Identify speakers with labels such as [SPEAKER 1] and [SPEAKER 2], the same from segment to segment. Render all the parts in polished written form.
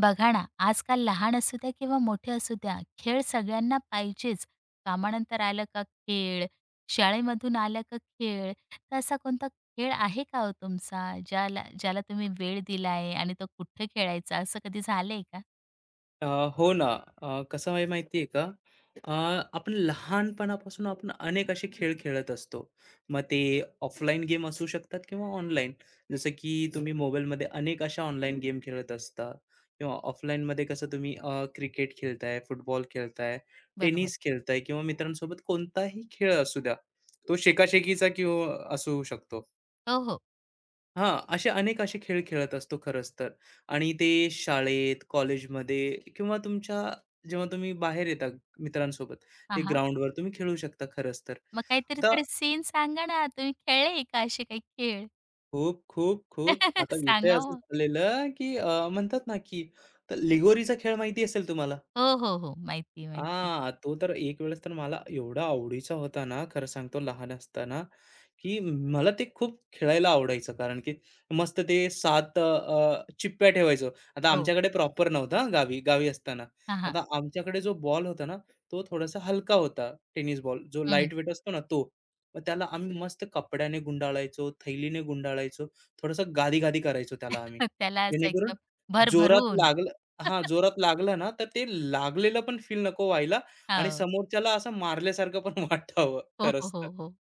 [SPEAKER 1] बघा ना, आजकाल लहान असू द्या किंवा मोठे असू द्या, खेळ सगळ्यांना पाहिजेच. कामानंतर आलं का खेळ, शाळेमधून आलं का खेळ. तर असा कोणता खेळ आहे का हो तुमचा, ज्याला ज्याला तुम्ही वेळ दिला आहे आणि तो कुठे खेळायचा, असं कधी झालंय का?
[SPEAKER 2] अ, हो ना. कसं आहे माहिती आहे का? अ, आपण लहानपणापासून अनेक असे खेळ खेळत असतो. मग ते ऑफलाईन गेम असू शकतात किंवा ऑनलाईन. जसं की तुम्ही मोबाईलमध्ये अनेक अशा ऑनलाईन गेम खेळत असता किंवा ऑफलाईनमध्ये कसं तुम्ही क्रिकेट खेळताय, फुटबॉल खेळताय,
[SPEAKER 1] बरोबर.
[SPEAKER 2] टेनिस खेळताय किंवा मित्रांसोबत कोणताही खेळ असू द्या. तो शेकाशेकीचा किंवा असू शकतो.
[SPEAKER 1] हो, हो.
[SPEAKER 2] हां, असे अनेक असे खेळ खेळत असतो खरंच तर आणि ते शाळेत, कॉलेजमध्ये किंवा तुमच्या जेव्हा तुम्ही बाहेर येता मित्रांसोबत,
[SPEAKER 1] हां,
[SPEAKER 2] ते
[SPEAKER 1] हां.
[SPEAKER 2] ग्राउंडवर तुम्ही खेळू शकता खरंच तर.
[SPEAKER 1] मग काहीतरी
[SPEAKER 2] आता
[SPEAKER 1] थोडे सीन सांगा ना, तुम्ही खेळले का असे काही खेळ?
[SPEAKER 2] खूप, खूप, खूप आता विषय
[SPEAKER 1] सांगा
[SPEAKER 2] असं
[SPEAKER 1] हो.
[SPEAKER 2] झालेलं, की म्हणतात ना, की तर लिगोरीचा खेळ माहिती असेल तुम्हाला?
[SPEAKER 1] हो, हो, हो. माहिती माहिती
[SPEAKER 2] हां, तो तर एक वेळेस तर मला एवढा आवडीचा होता ना, खरं सांगतो लहान असताना. की मला ते खूप खेळायला आवडायचं. कारण की मस्त ते 7 चिप्प्या ठेवायचो. आता
[SPEAKER 1] हो.
[SPEAKER 2] आमच्याकडे प्रॉपर नव्हतं गावी गावी असताना.
[SPEAKER 1] हां, हां.
[SPEAKER 2] आता आमच्याकडे जो बॉल होता ना, तो थोडासा हलका होता टेनिस बॉल, जो
[SPEAKER 1] हं.
[SPEAKER 2] लाईट वेट असतो ना तो. मग त्याला आम्ही मस्त कपड्याने गुंडाळायचो, थैलीने गुंडाळायचो, थोडंसं गादी-गादी करायचो त्याला आम्ही.
[SPEAKER 1] त्याला असं एकदम
[SPEAKER 2] जेणेकरून जोरात
[SPEAKER 1] भरभरून.
[SPEAKER 2] लागलं हां, जोरात लागलं ना, तर ते लागलेलं पण फील नको व्हायला आणि
[SPEAKER 1] हो.
[SPEAKER 2] समोरच्याला असं मारल्यासारखं पण वाटावं
[SPEAKER 1] हो, हो,
[SPEAKER 2] खरंच तर.
[SPEAKER 1] हो, हो.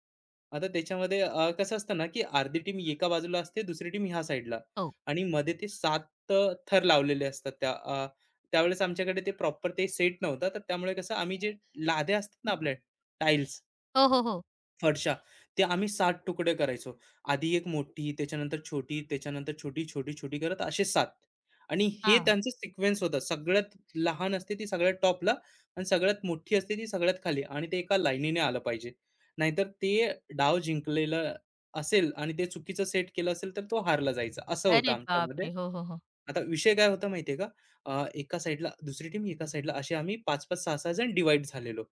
[SPEAKER 2] आता त्याच्यामध्ये कसं असतं ना, की अर्धी टीम एका बाजूला असते, दुसरी टीम ह्या साईडला
[SPEAKER 1] हो.
[SPEAKER 2] आणि मध्ये ते 7 अ, थर लावलेले असतात त्या त्यावेळेस आमच्याकडे ते प्रॉपर ते सेट नव्हतं. तर त्यामुळे कसं आम्ही जे लाद्या असतात ना आपल्या टाइल्स
[SPEAKER 1] हो, हो, हो.
[SPEAKER 2] फरशा. ते आम्ही 7 तुकडे करायचो. आधी एक मोठी, त्याच्यानंतर छोटी, त्याच्यानंतर छोटी, छोटी, छोटी करत असे 7 आणि हे
[SPEAKER 1] हां.
[SPEAKER 2] त्यांचं सिक्वेन्स होतं. सगळ्यात लहान असते ती सगळ्यात टॉपला आणि सगळ्यात मोठी असते ती सगळ्यात खाली आणि ते एका लाईनीने आलं पाहिजे. नाहीतर ते डाव जिंकलेलं असेल आणि ते चुकीचं सेट केलं असेल, तर तो हारला जायचा. असं होतं
[SPEAKER 1] अरे
[SPEAKER 2] आमच्यामध्ये.
[SPEAKER 1] बापरे! हो, हो, हो.
[SPEAKER 2] आता विषय काय होता माहिती का? एका साईडला दुसरी टीम, एका साईडला असे आम्ही 5-5, 6-6 जण डिव्हाईड झालेलो.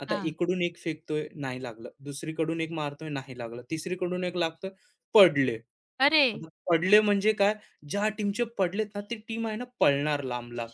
[SPEAKER 2] आता
[SPEAKER 1] हां.
[SPEAKER 2] इकडून एक फेकतोय, नाही लागलं. दुसरीकडून एक मारतोय, नाही लागलं. तिसरीकडून एक लागतोय, पडले.
[SPEAKER 1] अरे!
[SPEAKER 2] आता पडले म्हणजे काय, ज्या टीमचे पडलेत ना, ती टीम आहे ना पळणार लांब-लांब.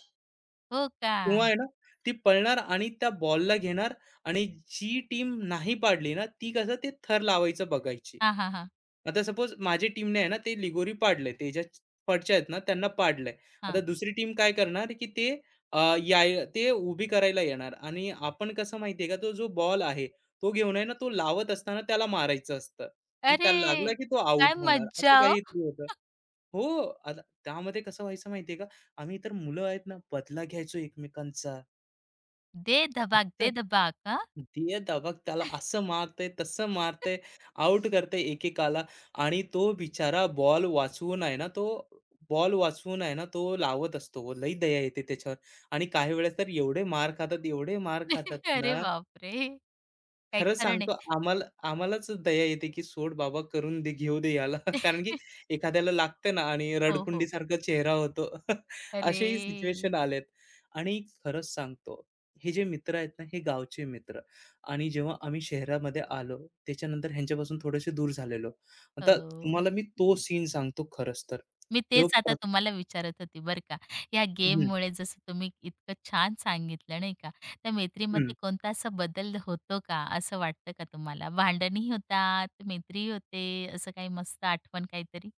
[SPEAKER 1] हो का?
[SPEAKER 2] किंवा आहे ना, ती पळणार आणि त्या बॉलला घेणार आणि जी टीम नाही पाडली ना, ती कसं ते थर लावायचं बघायची.
[SPEAKER 1] हां, हां, हां.
[SPEAKER 2] आता सपोज माझी टीमने आहे ना, ते लिगोरी पाडलंय. ते ज्या पडच्या आहेत ना, त्यांना पाडलंय. आता
[SPEAKER 1] हां.
[SPEAKER 2] दुसरी टीम काय करणार, की ते अ, याय ते उभी करायला येणार आणि आपण कसं माहिती का, तो जो बॉल आहे, तो घेऊन आहे ना, तो लावत असताना त्याला मारायचं असतं आणि
[SPEAKER 1] अरे!
[SPEAKER 2] त्याला लागला की तो
[SPEAKER 1] काय
[SPEAKER 2] आउट होणार. असं
[SPEAKER 1] मज्जा हो.
[SPEAKER 2] काहीतरी होतं. हो, आता त्यामध्ये कसं व्हायचं माहितीये का? आम्ही तर मुलं आहेत ना, बदला घ्यायचो एकमेकांचा.
[SPEAKER 1] दे धबाक,
[SPEAKER 2] अच्छा,
[SPEAKER 1] दे धबाक. हां.
[SPEAKER 2] "दे दबा त्याला असं मारतंय, तसं मारतंय, आउट करतंय एकेकाला." आणि तो बिचारा बॉल वाचवून आहे ना, तो लावत असतो. लई दया येते त्याच्यावर. आणि काही वेळेस तर एवढे मार खातात
[SPEAKER 1] अरे
[SPEAKER 2] ना
[SPEAKER 1] बापरे! काही
[SPEAKER 2] खरं
[SPEAKER 1] खरं
[SPEAKER 2] सांगतो
[SPEAKER 1] नाही.
[SPEAKER 2] आम्हालाच दया येते, की सोड बाबा करून दे, घेऊ दे याला. कारण की एखाद्याला लागतं ना आणि
[SPEAKER 1] हो, हो.
[SPEAKER 2] रडकुंडीसारखा चेहरा होतो.
[SPEAKER 1] अरे!
[SPEAKER 2] अशाही सिच्युएशन आल्यात. आणि खरंच सांगतो, हे जे मित्र आहेत ना, हे गावचे मित्र आणि जेव्हा आम्ही शहरामध्ये आलो, त्याच्यानंतर ह्यांच्यापासून थोडेसे दूर झालेलो. आता
[SPEAKER 1] हो.
[SPEAKER 2] तुम्हाला मी तो सीन सांगतो खरंच तर.
[SPEAKER 1] मी
[SPEAKER 2] जो
[SPEAKER 1] तेच आता
[SPEAKER 2] प्र
[SPEAKER 1] तुम्हाला विचारत होती बरं का. या
[SPEAKER 2] हं,
[SPEAKER 1] गेममुळे जसं तुम्ही इतकं छान सांगितलं नाही का, त्या
[SPEAKER 2] हं.
[SPEAKER 1] मैत्रीमध्ये कोणता असा बदल होतो का? असं वाटतं का तुम्हाला? भांडणही होतात, मैत्रीही होते, असं काही मस्त आठवण काहीतरी?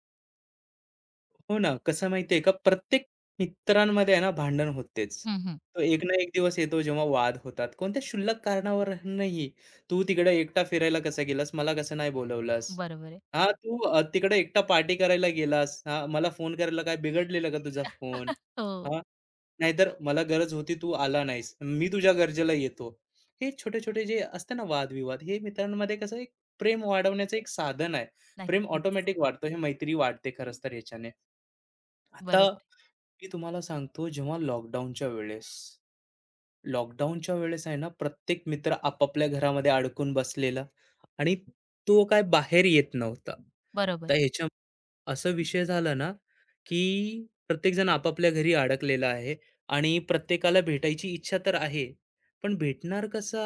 [SPEAKER 2] हो ना, कसं माहिती आहे का, प्रत्येक मित्रांमध्ये आहे ना भांडण होतेच.
[SPEAKER 1] हं, हं.
[SPEAKER 2] तो एक ना एक दिवस येतो जेव्हा वाद होतात. कोणत्या शुल्लक कारणावरूनही. "तू तिकडं एकटा फिरायला कसा गेलास? मला कसं नाही बोलवलास?
[SPEAKER 1] बरोबर आहे.
[SPEAKER 2] हां, तू तिकडे एकटा पार्टी करायला गेलास. हां, मला फोन करायला काय बिघडलेला का तुझा फोन?
[SPEAKER 1] हो,
[SPEAKER 2] हां, नाहीतर मला गरज होती तू आला नाहीस. मी तुझ्या गरजेला येतो." हे छोटे-छोटे जे असते ना वादविवाद, हे मित्रांमध्ये कसं एक प्रेम वाढवण्याचं एक साधन आहे. प्रेम
[SPEAKER 1] नक्कीच.
[SPEAKER 2] ऑटोमॅटिक वाढतं, हे मैत्री वाढते खरंच तर ह्याच्याने. आता
[SPEAKER 1] बरोबर,
[SPEAKER 2] मी तुम्हाला सांगतो जेव्हा लॉकडाऊनच्या वेळेस आहे ना प्रत्येक मित्र आपापल्या घरामध्ये अडकून बसलेला आणि तो काय बाहेर येत नव्हता
[SPEAKER 1] बरोबर.
[SPEAKER 2] तर ह्याच्या असं विषय झाला ना की प्रत्येक जण आपापल्या घरी अडकलेला आहे आणि प्रत्येकाला भेटायची इच्छा तर आहे पण भेटणार कसा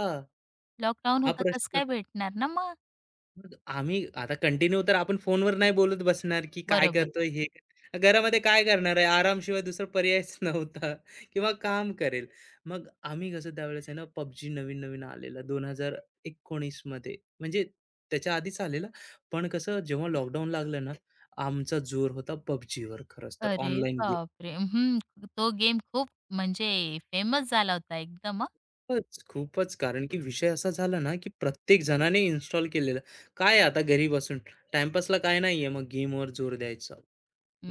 [SPEAKER 1] लॉकडाऊन
[SPEAKER 2] हा
[SPEAKER 1] होतं कसं
[SPEAKER 2] प्रश्न
[SPEAKER 1] काय भेटणार ना मग?
[SPEAKER 2] मग आम्ही आता कंटिन्यू तर आपण फोनवर नाही बोलत बसणार, की काय
[SPEAKER 1] बरोबर.
[SPEAKER 2] करतोय घरामध्ये काय करणार आहे? आरामशिवाय दुसरा पर्यायच नव्हता किंवा काम करेल. मग आम्ही कसं त्यावेळेस आहे ना पबजी नवीन-नवीन आलेला 2019 मध्ये म्हणजे त्याच्या आधीच आलेला. पण कसं जेव्हा लॉकडाऊन लागलं ना, आमचा जोर होता PUBGवर खरंच तर
[SPEAKER 1] अरे
[SPEAKER 2] ऑनलाईन गेम.
[SPEAKER 1] बापरे! हं, तो गेम खूप म्हणजे फेमस झाला होता एकदम
[SPEAKER 2] खूपच, खूपच कारण की विषय असा झाला ना, की प्रत्येक जणाने इन्स्टॉल केलेलं. काय आता घरी बसून टाईमपासला काय नाहीये मग गेमवर जोर द्यायचा.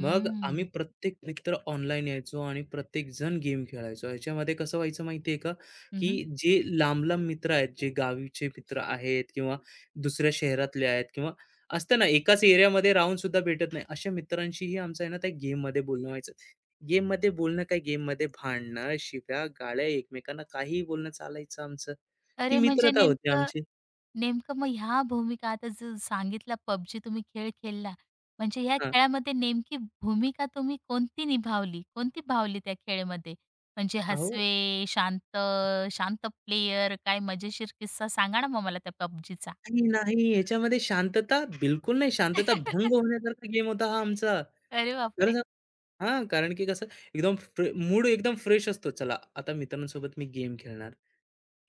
[SPEAKER 2] मग आम्ही प्रत्येक मित्र ऑनलाईन यायचो आणि प्रत्येकजण गेम खेळायचो. ह्याच्यामध्ये कसं व्हायचं माहिती आहे का,
[SPEAKER 1] हं, हं.
[SPEAKER 2] की जे लांब-लांब मित्र आहेत, जे गावीचे मित्र आहेत किंवा दुसऱ्या शहरातले आहेत किंवा असतं ना एकाच एरियामध्ये राहून सुद्धा भेटत नाही, अशा मित्रांशीही आमचं आहे ना त्या गेममध्ये बोलणं व्हायचं. गेममध्ये बोलणं काय, गेममध्ये भांडणं, शिव्या, गाळ्या, एकमेकांना काहीही बोलणं चालायचं आमचं. ती
[SPEAKER 1] अरे म्हणजे
[SPEAKER 2] मित्रता होती
[SPEAKER 1] नेमकं
[SPEAKER 2] आमची.
[SPEAKER 1] नेमकं मग ह्या भूमिका आता जो सांगितला पबजी तुम्ही खेळ खेळला, म्हणजे ह्या
[SPEAKER 2] हां.
[SPEAKER 1] खेळामध्ये नेमकी भूमिका तुम्ही कोणती निभावली? कोणती भावली त्या खेळमध्ये? म्हणजे
[SPEAKER 2] अहो
[SPEAKER 1] हसवे, शांत, शांत प्लेयर, काय मजेशीर किस्सा सांगा ना मग मला त्या पबजीचा?
[SPEAKER 2] नाही. याच्यामध्ये शांतता बिलकुल नाही. शांतता भंग होण्यासारखा गेम होता हा आमचा.
[SPEAKER 1] अरे
[SPEAKER 2] खरं
[SPEAKER 1] बापरे!
[SPEAKER 2] सांग हां, कारण की कसं एकदम मूड एकदम फ्रेश असतो. चला, आता मित्रांसोबत मी गेम खेळणार.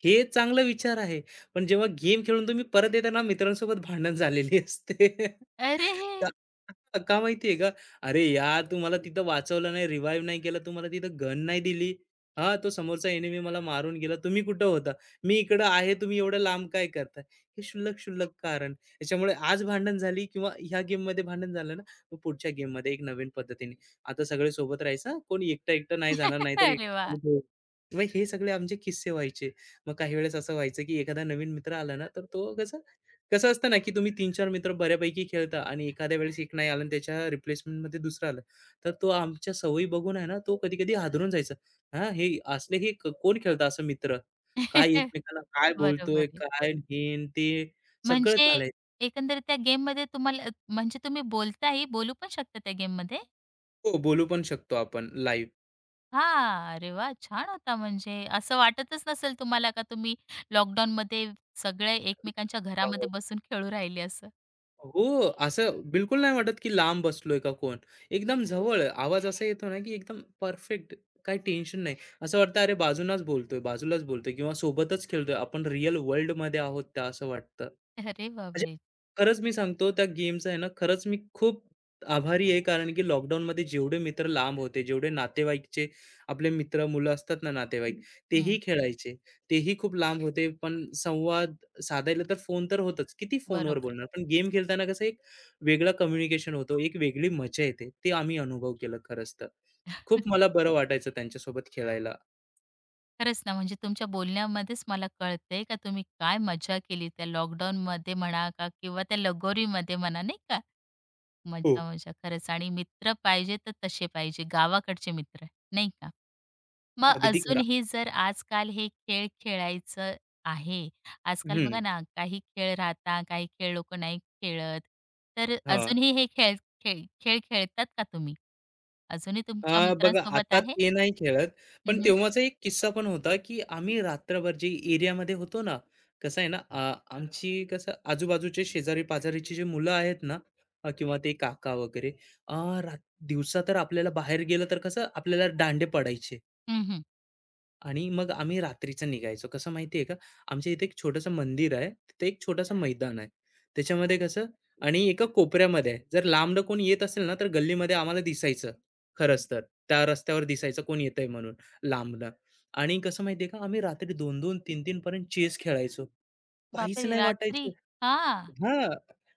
[SPEAKER 2] हे चांगला विचार आहे. पण जेव्हा गेम खेळून तुम्ही परत येताना मित्रांसोबत भांडण झालेली असते.
[SPEAKER 1] अरे!
[SPEAKER 2] का का माहिती आहे का? "अरे यार, तू मला तिथं वाचवलं नाही, रिवाईव्ह नाही केलं, तू मला तिथं गन नाही दिली. हां, तो समोरचा एनिमी मला मारून गेला. तुम्ही कुठं होता? मी इकडं आहे, तुम्ही एवढं लांब काय करताय?" हे शुल्लक-शुल्लक कारण. त्याच्यामुळे आज भांडण झाली किंवा ह्या गेममध्ये भांडण झालं ना, मग पुढच्या गेममध्ये एक नवीन पद्धतीने. आता सगळे सोबत राहायचं कोणी एकटं-एकटं नाही जाणार, नाहीतर
[SPEAKER 1] अरे वाह!
[SPEAKER 2] मग हे सगळे आमचे किस्से व्हायचे. मग काही वेळेस असं व्हायचं की एखादा नवीन मित्र आला ना, तर तो कसं कसं असतं ना, की तुम्ही तीन-चार मित्र बऱ्यापैकी खेळता आणि एखाद्या वेळेस एक नाही आला आणि त्याच्या रिप्लेसमेंटमध्ये दुसरा आला. तर तो आमच्या सवयी बघून आहे ना, तो कधी-कधी हादरून जायचा. हां, हे असले हे क कोण खेळतं असं मित्र? काय एकमेकांना काय
[SPEAKER 1] बरोबर
[SPEAKER 2] बोलतोय,
[SPEAKER 1] आहे.
[SPEAKER 2] काय हे अन् ते सगळं
[SPEAKER 1] म्हणजे
[SPEAKER 2] चालायचं.
[SPEAKER 1] एकंदरीत त्या गेममध्ये तुम्हाला म्हणजे तुम्ही बोलू पण शकता त्या गेममध्ये?
[SPEAKER 2] हो, बोलू पण शकतो आपण
[SPEAKER 1] हां. अरे वा, छान होता म्हणजे असं वाटतच नसेल तुम्हाला का तुम्ही लॉकडाऊनमध्ये सगळे एकमेकांच्या घरामध्ये
[SPEAKER 2] लाईव्ह.
[SPEAKER 1] बसून खेळू राहिले असं.
[SPEAKER 2] हो, असं बिलकुल नाही वाटत, की लांब बसलोय का कोण? एकदम जवळ आवाज असा येतो ना, की एकदम परफेक्ट. काही टेन्शन नाही. असं वाटतं अरे बाजूलाच बोलतोय किंवा सोबतच खेळतोय. आपण रिअल वर्ल्डमध्ये आहोत त्या असं वाटतं.
[SPEAKER 1] अरे
[SPEAKER 2] म्हणजे
[SPEAKER 1] बापरे!
[SPEAKER 2] खरंच मी सांगतो त्या गेमचं आहे ना, खरंच मी खूप आभारी आहे. कारण की लॉकडाऊनमध्ये जेवढे मित्र लांब होते, जेवढे नातेवाईकचे आपले मित्र, मुलं असतात ना नातेवाईक, तेही
[SPEAKER 1] हं.
[SPEAKER 2] खेळायचे. तेही खूप लांब होते, पण संवाद साधायला तर फोन तर होतच. किती फोनवर
[SPEAKER 1] बरोबर.
[SPEAKER 2] बोलणार? पण गेम खेळताना कसं एक वेगळं कम्युनिकेशन होतो, एक वेगळी मजा येते. ते आम्ही अनुभव केलं खरंच तर. खूप मला बरं वाटायचं त्यांच्यासोबत खेळायला.
[SPEAKER 1] खरंच ना म्हणजे तुमच्या बोलण्यामध्येच मला कळतंय का तुम्ही काय मजा केली त्या लॉकडाऊनमध्ये म्हणा का किंवा त्या लगोरीमध्ये म्हणा नाही का?
[SPEAKER 2] हो.
[SPEAKER 1] मजा, मजा खरंच आणि मित्र पाहिजे तर तसे पाहिजे गावाकडचे मित्र नाही का? मग
[SPEAKER 2] अगदी खरा
[SPEAKER 1] अजूनही जर आजकाल हे खेळ खेळायचं आहे, आजकाल
[SPEAKER 2] हं,
[SPEAKER 1] बघा ना काही खेळ राहता, काही खेळ लोकं नाही खेळत. तर
[SPEAKER 2] हां.
[SPEAKER 1] अजूनही हे खेळ खेळ खेळ खेळतात का तुम्ही? अजूनही तुमच्या
[SPEAKER 2] बघा
[SPEAKER 1] मित्रांसोबत
[SPEAKER 2] आता
[SPEAKER 1] आहे?
[SPEAKER 2] ते नाही खेळत, पण
[SPEAKER 1] हं, हं.
[SPEAKER 2] तेव्हाचा एक किस्सा पण होता, की आम्ही रात्रभर जे एरियामध्ये होतो ना, कसं आहे ना, आमची कसं आजूबाजूचे शेजारी-पाजारीची जी मुलं आहेत ना किंवा ते काका वगैरे अ, रात दिवसा तर आपल्याला बाहेर गेलं तर कसं आपल्याला दांडे पडायचे. आणि मग आम्ही रात्रीचं निघायचो. कसं माहिती आहे का, आमच्या इथे एक छोटंसं मंदिर आहे. तिथे एक छोटंसं मैदान आहे. त्याच्यामध्ये कसं आणि एका कोपऱ्यामध्ये आहे. जर लांबनं कोण येत असेल ना, तर गल्लीमध्ये आम्हाला दिसायचं खरंच तर. त्या रस्त्यावर दिसायचं कोण येतंय म्हणून लांबनं. आणि कसं माहिती का, आम्ही रात्री 2-2, 3-3 पर्यंत चेस खेळायचो. काहीच
[SPEAKER 1] बापरे!
[SPEAKER 2] नाही
[SPEAKER 1] रात्री?
[SPEAKER 2] वाटायचं.
[SPEAKER 1] हां.
[SPEAKER 2] हां,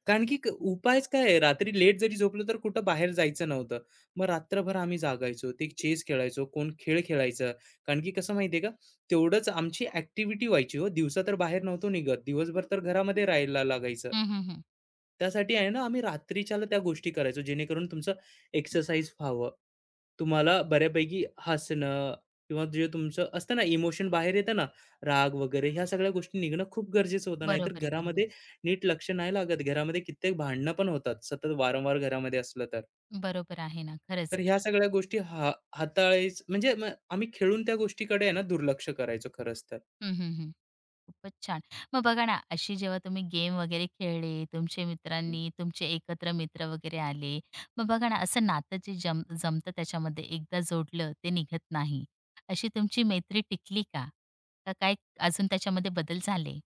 [SPEAKER 2] कारण की उपायच काय आहे? रात्री लेट जरी झोपलो तर कुठं बाहेर जायचं नव्हतं. मग रात्रभर आम्ही जागायचो. ते चेस खेळायचो, कोण खेळ खेळायचं. कारण की कसं माहितीये का, तेवढंच आमची ॲक्टिव्हिटी व्हायची हो. दिवसा तर बाहेर नव्हतो निघत. दिवसभर तर घरामध्ये राहायला लागायचं.
[SPEAKER 1] हं, हं, हं.
[SPEAKER 2] त्यासाठी आहे ना, आम्ही रात्रीच्याला त्या गोष्टी करायचो, जेणेकरून तुमचं एक्सरसाइज व्हावं. तुम्हाला बऱ्यापैकी हसणं किंवा जे तुमचं असतं ना, इमोशन बाहेर येतं ना, राग वगैरे ह्या सगळ्या गोष्टी निघणं खूप गरजेचं होतं. नाहीतर
[SPEAKER 1] बरोबर आहे, बरोबर.
[SPEAKER 2] घरामध्ये नीट लक्ष नाही लागत. घरामध्ये कित्येक भांडणं पण होतात, सतत वारंवार घरामध्ये असलं तर.
[SPEAKER 1] बरोबर आहे ना,
[SPEAKER 2] तर
[SPEAKER 1] खरंच.
[SPEAKER 2] ह्या सगळ्या गोष्टी हा हाताळायच म्हणजे मग आम्ही खेळून त्या गोष्टीकडे आहे ना दुर्लक्ष करायचो खरंच तर.
[SPEAKER 1] हं, हं, हं. खूपच छान. मग बघा ना, अशी जेव्हा तुम्ही गेम वगैरे खेळले, तुमच्या मित्रांनी तुमचे एकत्र मित्र वगैरे आले. मग बघा ना, असं नातं जे जम जमतं त्याच्यामध्ये एकदा जोडलं ते निघत नाही. अशी तुमची मैत्री टिकली का? का काय अजून त्याच्यामध्ये बदल झाले?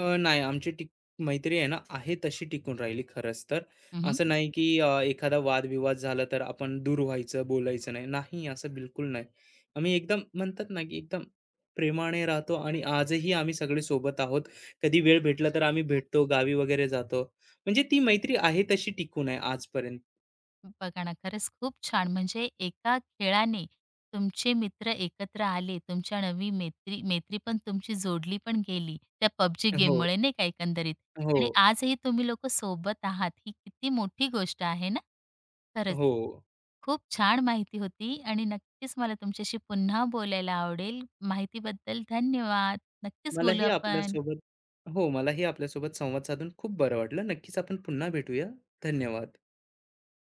[SPEAKER 2] नाही आमची टिक मैत्री आहे ना आहे तशी टिकून राहिली खरंच तर. असं नाही की एखादा वादविवाद झाला तर आपण दूर व्हायचं, बोलायचं नाही. नाही असं बिलकुल नाही. आम्ही एकदम म्हणतात ना की एकदम प्रेमाने राहतो आणि आजही आम्ही सगळे सोबत आहोत. कधी वेळ भेटला तर आम्ही भेटतो, गावी वगैरे जातो. म्हणजे ती मैत्री आहे तशी टिकून आहे आजपर्यंत.
[SPEAKER 1] बघा ना, खरंच खूप छान. म्हणजे एका खेळाने तुमचे मित्र एकत्र आले. तुमच्या नवी मैत्री मैत्री पण तुमची जोडली पण गेली त्या पबजी
[SPEAKER 2] हो,
[SPEAKER 1] गेममुळे नाही का एकंदरीत.
[SPEAKER 2] हो,
[SPEAKER 1] आणि आजही तुम्ही लोकं सोबत आहात. ही किती मोठी गोष्ट आहे ना. खरंच
[SPEAKER 2] हो.
[SPEAKER 1] खूप छान माहिती होती आणि नक्कीच मला तुमच्याशी पुन्हा बोलायला आवडेल. माहितीबद्दल धन्यवाद. नक्कीच बोलू
[SPEAKER 2] मलाही
[SPEAKER 1] आपण.
[SPEAKER 2] आपल्यासोबत हो, मलाही आपल्यासोबत संवाद साधून खूप बरं वाटलं. नक्कीच आपण पुन्हा भेटूया. धन्यवाद.